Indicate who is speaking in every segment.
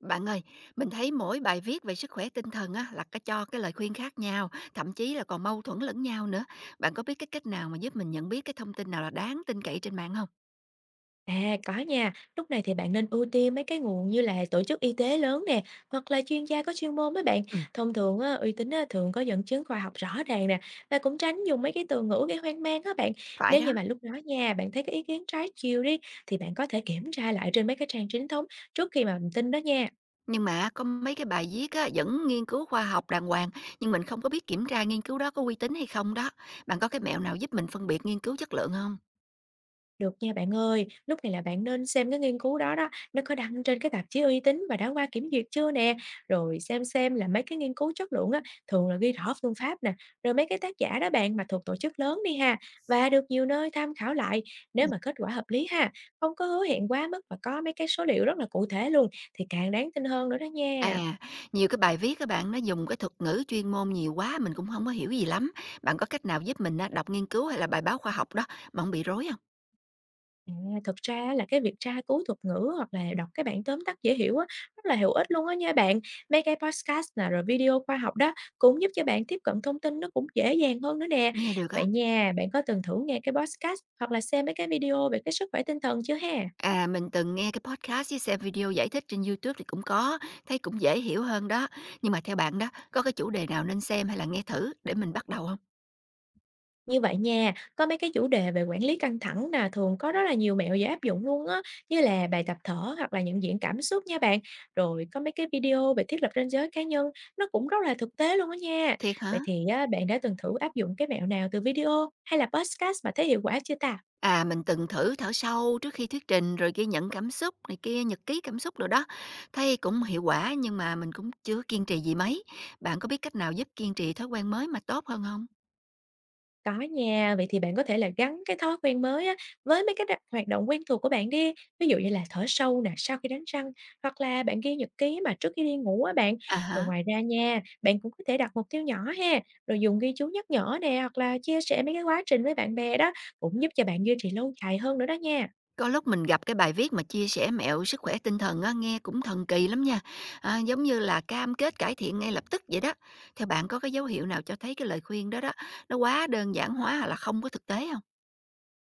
Speaker 1: Bạn ơi, mình thấy mỗi bài viết về sức khỏe tinh thần á, là cái cho cái lời khuyên khác nhau, thậm chí là còn mâu thuẫn lẫn nhau nữa. Bạn có biết cái cách nào mà giúp mình nhận biết cái thông tin nào là đáng tin cậy trên mạng không?
Speaker 2: À, có nha. Lúc này thì bạn nên ưu tiên mấy cái nguồn như là tổ chức y tế lớn nè, hoặc là chuyên gia có chuyên môn mấy bạn.
Speaker 1: Ừ.
Speaker 2: Thông thường á, uy tín á, thường có dẫn chứng khoa học rõ ràng nè, và cũng tránh dùng mấy cái từ ngữ gây hoang mang á bạn.
Speaker 1: Phải
Speaker 2: Nếu
Speaker 1: đó,
Speaker 2: như mà lúc đó nha, bạn thấy cái ý kiến trái chiều đi, thì bạn có thể kiểm tra lại trên mấy cái trang chính thống trước khi mà mình tin đó nha.
Speaker 1: nhưng mà có mấy cái bài viết á, vẫn nghiên cứu khoa học đàng hoàng, nhưng mình không có biết kiểm tra nghiên cứu đó có uy tín hay không đó. Bạn có cái mẹo nào giúp mình phân biệt nghiên cứu chất lượng không?
Speaker 2: Được nha bạn ơi, lúc này là bạn nên xem cái nghiên cứu đó đó, nó có đăng trên cái tạp chí uy tín và đã qua kiểm duyệt chưa nè, rồi xem là mấy cái nghiên cứu chất lượng á, thường là ghi rõ phương pháp nè, rồi mấy cái tác giả đó bạn mà thuộc tổ chức lớn đi ha, và được nhiều nơi tham khảo lại,
Speaker 1: Ừ.
Speaker 2: nếu mà kết quả hợp lý ha, không có hứa hẹn quá mức và có mấy cái số liệu rất là cụ thể luôn, thì càng đáng tin hơn nữa đó nha.
Speaker 1: À, nhiều cái bài viết các bạn nó dùng cái thuật ngữ chuyên môn nhiều quá mình cũng không có hiểu gì lắm. Bạn có cách nào giúp mình á, đọc nghiên cứu hay là bài báo khoa học đó mà không bị rối không?
Speaker 2: À, thực ra á là cái việc tra cứu thuật ngữ hoặc là đọc cái bảng tóm tắt dễ hiểu á, rất là hữu ích luôn á nha bạn. Mấy cái podcast nè, rồi video khoa học đó cũng giúp cho bạn tiếp cận thông tin nó cũng dễ dàng hơn nữa nè.
Speaker 1: Nghe được á.
Speaker 2: Vậy nha, bạn có từng thử nghe cái podcast hoặc là xem mấy cái video về cái sức khỏe tinh thần chưa ha?
Speaker 1: À, mình từng nghe cái podcast với xem video giải thích trên YouTube thì cũng có, thấy cũng dễ hiểu hơn đó. Nhưng mà theo bạn đó, có cái chủ đề nào nên xem hay là nghe thử để mình bắt đầu không?
Speaker 2: Như vậy nha, có mấy cái chủ đề về quản lý căng thẳng nè, thường có rất là nhiều mẹo dễ áp dụng luôn á, như là bài tập thở hoặc là nhận diện cảm xúc nha bạn. Rồi có mấy cái video về thiết lập ranh giới cá nhân, nó cũng rất là thực tế luôn á nha.
Speaker 1: Thiệt
Speaker 2: Vậy
Speaker 1: hả?
Speaker 2: thì á, bạn đã từng thử áp dụng cái mẹo nào từ video hay là podcast mà thấy hiệu quả chưa ta?
Speaker 1: À, mình từng thử thở sâu trước khi thuyết trình rồi ghi nhận cảm xúc này kia, nhật ký cảm xúc rồi đó. Thấy cũng hiệu quả nhưng mà mình cũng chưa kiên trì gì mấy. Bạn có biết cách nào giúp kiên trì thói quen mới mà tốt hơn không?
Speaker 2: Có nha, vậy thì bạn có thể là gắn cái thói quen mới á, với mấy cái đặc hoạt động quen thuộc của bạn đi. Ví dụ như là thở sâu nè, sau khi đánh răng, hoặc là bạn ghi nhật ký mà trước khi đi ngủ á bạn.
Speaker 1: À
Speaker 2: Rồi
Speaker 1: hả?
Speaker 2: ngoài ra nha, bạn cũng có thể đặt mục tiêu nhỏ ha, rồi dùng ghi chú nhắc nhở nè, hoặc là chia sẻ mấy cái quá trình với bạn bè đó, cũng giúp cho bạn duy trì lâu dài hơn nữa đó nha.
Speaker 1: Có lúc mình gặp cái bài viết mà chia sẻ mẹo sức khỏe tinh thần á, nghe cũng thần kỳ lắm nha. À, giống như là cam kết cải thiện ngay lập tức vậy đó. Theo bạn có cái dấu hiệu nào cho thấy cái lời khuyên đó đó nó quá đơn giản hóa hoặc là không có thực tế không?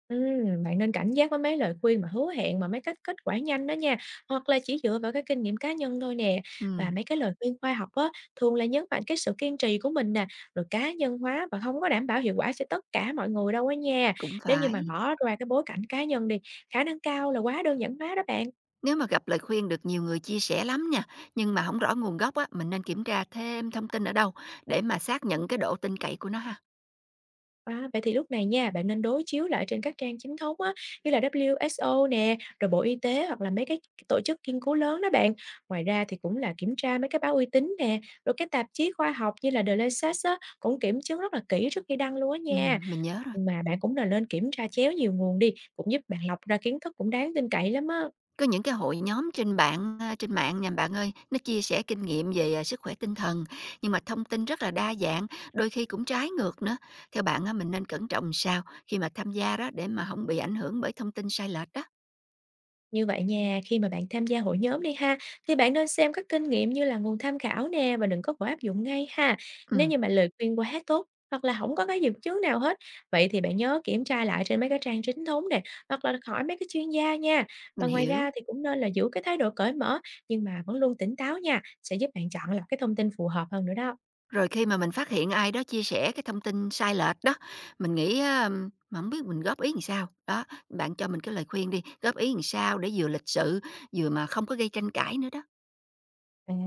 Speaker 2: Bạn nên cảnh giác với mấy lời khuyên mà hứa hẹn mà mấy cách kết quả nhanh đó nha, hoặc là chỉ dựa vào cái kinh nghiệm cá nhân thôi nè. Và
Speaker 1: Ừ,
Speaker 2: mấy cái lời khuyên khoa học á, thường là nhấn mạnh cái sự kiên trì của mình nè, rồi cá nhân hóa và không có đảm bảo hiệu quả cho tất cả mọi người đâu á nha.
Speaker 1: cũng
Speaker 2: Nếu như
Speaker 1: phải.
Speaker 2: mà bỏ ra cái bối cảnh cá nhân đi, khả năng cao là quá đơn giản hóa đó bạn.
Speaker 1: Nếu mà gặp lời khuyên được nhiều người chia sẻ lắm nha, nhưng mà không rõ nguồn gốc á, mình nên kiểm tra thêm thông tin ở đâu để mà xác nhận cái độ tin cậy của nó ha.
Speaker 2: À, vậy thì lúc này nha, bạn nên đối chiếu lại trên các trang chính thống á, như là WHO nè, rồi Bộ Y tế hoặc là mấy cái tổ chức nghiên cứu lớn đó bạn. Ngoài ra thì cũng là kiểm tra mấy cái báo uy tín nè, rồi cái tạp chí khoa học như là The Lancet á, cũng kiểm chứng rất là kỹ trước khi đăng luôn á
Speaker 1: Ừ,
Speaker 2: nha.
Speaker 1: mình nhớ rồi.
Speaker 2: Mà bạn cũng là nên kiểm tra chéo nhiều nguồn đi, cũng giúp bạn lọc ra kiến thức cũng đáng tin cậy lắm á.
Speaker 1: Có những cái hội nhóm trên bạn, trên mạng nè bạn ơi, nó chia sẻ kinh nghiệm về, sức khỏe tinh thần, nhưng mà thông tin rất là đa dạng, đôi khi cũng trái ngược nữa. Theo bạn á, mình nên cẩn trọng sao khi mà tham gia đó để mà không bị ảnh hưởng bởi thông tin sai lệch đó?
Speaker 2: Như vậy nha, khi mà bạn tham gia hội nhóm đi ha, thì bạn nên xem các kinh nghiệm như là nguồn tham khảo nè và đừng có vội áp dụng ngay ha. Nếu
Speaker 1: Ừm,
Speaker 2: như mà lời khuyên quá tốt hoặc là không có cái dẫn chứng nào hết, vậy thì bạn nhớ kiểm tra lại trên mấy cái trang chính thống nè, hoặc là hỏi mấy cái chuyên gia nha. Và
Speaker 1: mình
Speaker 2: ngoài
Speaker 1: hiểu.
Speaker 2: ra thì cũng nên là giữ cái thái độ cởi mở nhưng mà vẫn luôn tỉnh táo nha, sẽ giúp bạn chọn lọc cái thông tin phù hợp hơn nữa đó.
Speaker 1: Rồi khi mà mình phát hiện ai đó chia sẻ cái thông tin sai lệch đó, mình nghĩ á mà không biết mình góp ý làm sao? Đó, bạn cho mình cái lời khuyên đi, góp ý làm sao để vừa lịch sự, vừa mà không có gây tranh cãi nữa đó?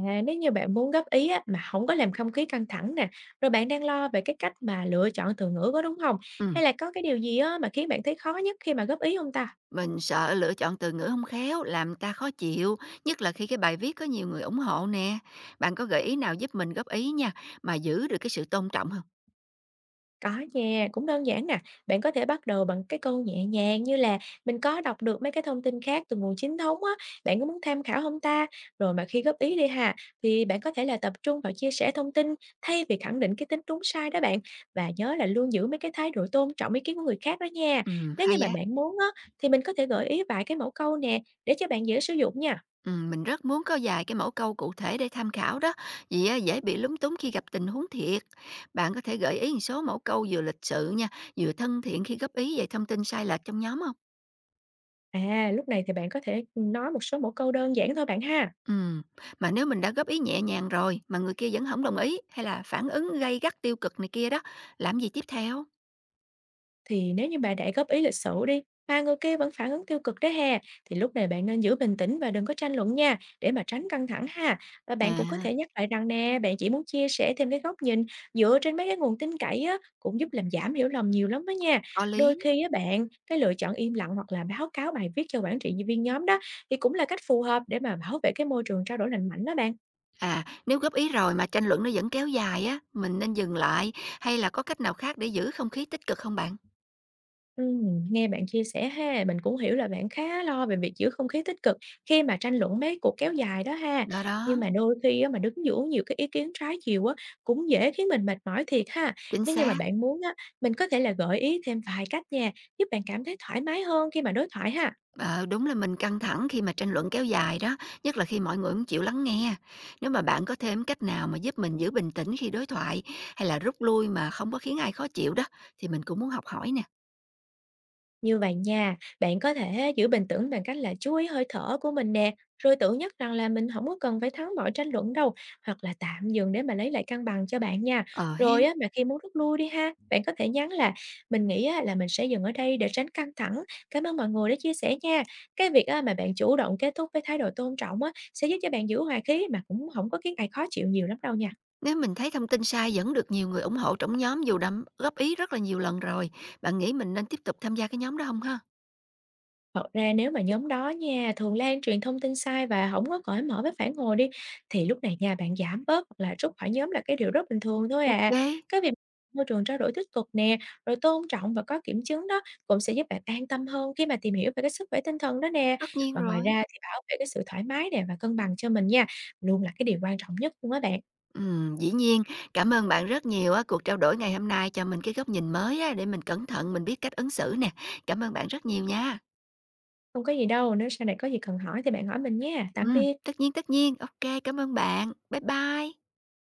Speaker 2: À, nếu như bạn muốn góp ý á, mà không có làm không khí căng thẳng nè, rồi bạn đang lo về cái cách mà lựa chọn từ ngữ có đúng không? Hay
Speaker 1: Ừm.
Speaker 2: là có cái điều gì á, mà khiến bạn thấy khó nhất khi mà góp ý không ta?
Speaker 1: Mình sợ lựa chọn từ ngữ không khéo làm ta khó chịu, nhất là khi cái bài viết có nhiều người ủng hộ nè. Bạn có gợi ý nào giúp mình góp ý nha, mà giữ được cái sự tôn trọng không?
Speaker 2: Có nha, cũng đơn giản nè. Bạn có thể bắt đầu bằng cái câu nhẹ nhàng như là mình có đọc được mấy cái thông tin khác từ nguồn chính thống á, bạn có muốn tham khảo không ta? Rồi mà khi góp ý đi ha, thì bạn có thể là tập trung vào chia sẻ thông tin thay vì khẳng định cái tính đúng sai đó bạn. Và nhớ là luôn giữ mấy cái thái độ tôn trọng ý kiến của người khác đó nha. Nếu như
Speaker 1: Hay
Speaker 2: mà
Speaker 1: á.
Speaker 2: bạn muốn á, thì mình có thể gợi ý vài cái mẫu câu nè để cho bạn dễ sử dụng nha.
Speaker 1: Mình rất muốn có vài cái mẫu câu cụ thể để tham khảo đó, vì á dễ bị lúng túng khi gặp tình huống thiệt. Bạn có thể gợi ý một số mẫu câu vừa lịch sự nha, vừa thân thiện khi góp ý về thông tin sai lệch trong nhóm không?
Speaker 2: À, lúc này thì bạn có thể nói một số mẫu câu đơn giản thôi bạn ha.
Speaker 1: Ừm, mà nếu mình đã góp ý nhẹ nhàng rồi mà người kia vẫn không đồng ý hay là phản ứng gay gắt tiêu cực này kia đó, làm gì tiếp theo?
Speaker 2: Thì nếu như bạn để góp ý lịch sử đi, mà người kia vẫn phản ứng tiêu cực đó hè, thì lúc này bạn nên giữ bình tĩnh và đừng có tranh luận nha, để mà tránh căng thẳng ha. Và bạn cũng có
Speaker 1: À.
Speaker 2: thể nhắc lại rằng nè, bạn chỉ muốn chia sẻ thêm cái góc nhìn dựa trên mấy cái nguồn tin cậy á, cũng giúp làm giảm hiểu lầm nhiều lắm đó nha.
Speaker 1: Có
Speaker 2: Đôi
Speaker 1: lý.
Speaker 2: khi á bạn, cái lựa chọn im lặng hoặc là báo cáo bài viết cho quản trị viên nhóm đó, thì cũng là cách phù hợp để mà bảo vệ cái môi trường trao đổi lành mạnh đó bạn.
Speaker 1: À, nếu góp ý rồi mà tranh luận nó vẫn kéo dài á, mình nên dừng lại hay là có cách nào khác để giữ không khí tích cực không bạn?
Speaker 2: Nghe bạn chia sẻ ha, mình cũng hiểu là bạn khá lo về việc giữ không khí tích cực khi mà tranh luận mấy cuộc kéo dài đó ha.
Speaker 1: Đó
Speaker 2: Nhưng
Speaker 1: đó,
Speaker 2: mà đôi khi á, mà đứng giữa nhiều cái ý kiến trái chiều á, cũng dễ khiến mình mệt mỏi thiệt ha.
Speaker 1: chính
Speaker 2: Nếu như mà
Speaker 1: xác.
Speaker 2: bạn muốn á, mình có thể là gợi ý thêm vài cách nha, giúp bạn cảm thấy thoải mái hơn khi mà đối thoại ha.
Speaker 1: Ờ, đúng là mình căng thẳng khi mà tranh luận kéo dài đó, nhất là khi mọi người không chịu lắng nghe. Nếu mà bạn có thêm cách nào mà giúp mình giữ bình tĩnh khi đối thoại hay là rút lui mà không có khiến ai khó chịu đó, thì mình cũng muốn học hỏi nè.
Speaker 2: Như vậy nha, bạn có thể giữ bình tĩnh bằng cách là chú ý hơi thở của mình nè, rồi tự nhắc rằng là mình không có cần phải thắng mọi tranh luận đâu, hoặc là tạm dừng để mà lấy lại cân bằng cho bạn nha.
Speaker 1: Ờ
Speaker 2: Rồi
Speaker 1: hen.
Speaker 2: á, mà khi muốn rút lui đi ha, bạn có thể nhắn là "Mình nghĩ á, là mình sẽ dừng ở đây để tránh căng thẳng. Cảm ơn mọi người đã chia sẻ nha." Cái việc á, mà bạn chủ động kết thúc với thái độ tôn trọng á, sẽ giúp cho bạn giữ hòa khí mà cũng không có khiến ai khó chịu nhiều lắm đâu nha.
Speaker 1: Nếu mình thấy thông tin sai vẫn được nhiều người ủng hộ trong nhóm dù đã góp ý rất là nhiều lần rồi, bạn nghĩ mình nên tiếp tục tham gia cái nhóm đó không ha?
Speaker 2: Thật ra nếu mà nhóm đó nha, thường lan truyền thông tin sai và không có cởi mở với phản hồi đi, thì lúc này nha, bạn giảm bớt hoặc là rút khỏi nhóm là cái điều rất bình thường thôi
Speaker 1: Ok.
Speaker 2: à. Cái việc môi trường trao đổi tích cực nè, rồi tôn trọng và có kiểm chứng đó cũng sẽ giúp bạn an tâm hơn khi mà tìm hiểu về cái sức khỏe tinh thần đó nè.
Speaker 1: Tất nhiên
Speaker 2: Và ngoài
Speaker 1: rồi.
Speaker 2: ra thì bảo vệ cái sự thoải mái nè và cân bằng cho mình nha, luôn là cái điều quan trọng nhất luôn á bạn.
Speaker 1: Dĩ nhiên. Cảm ơn bạn rất nhiều á, cuộc trao đổi ngày hôm nay cho mình cái góc nhìn mới á, để mình cẩn thận, mình biết cách ứng xử nè. Cảm ơn bạn rất nhiều nha.
Speaker 2: Không có gì đâu, nếu sau này có gì cần hỏi thì bạn hỏi mình nha. Tạm biệt.
Speaker 1: Tất nhiên, tất nhiên. Ok, cảm ơn bạn. Bye bye.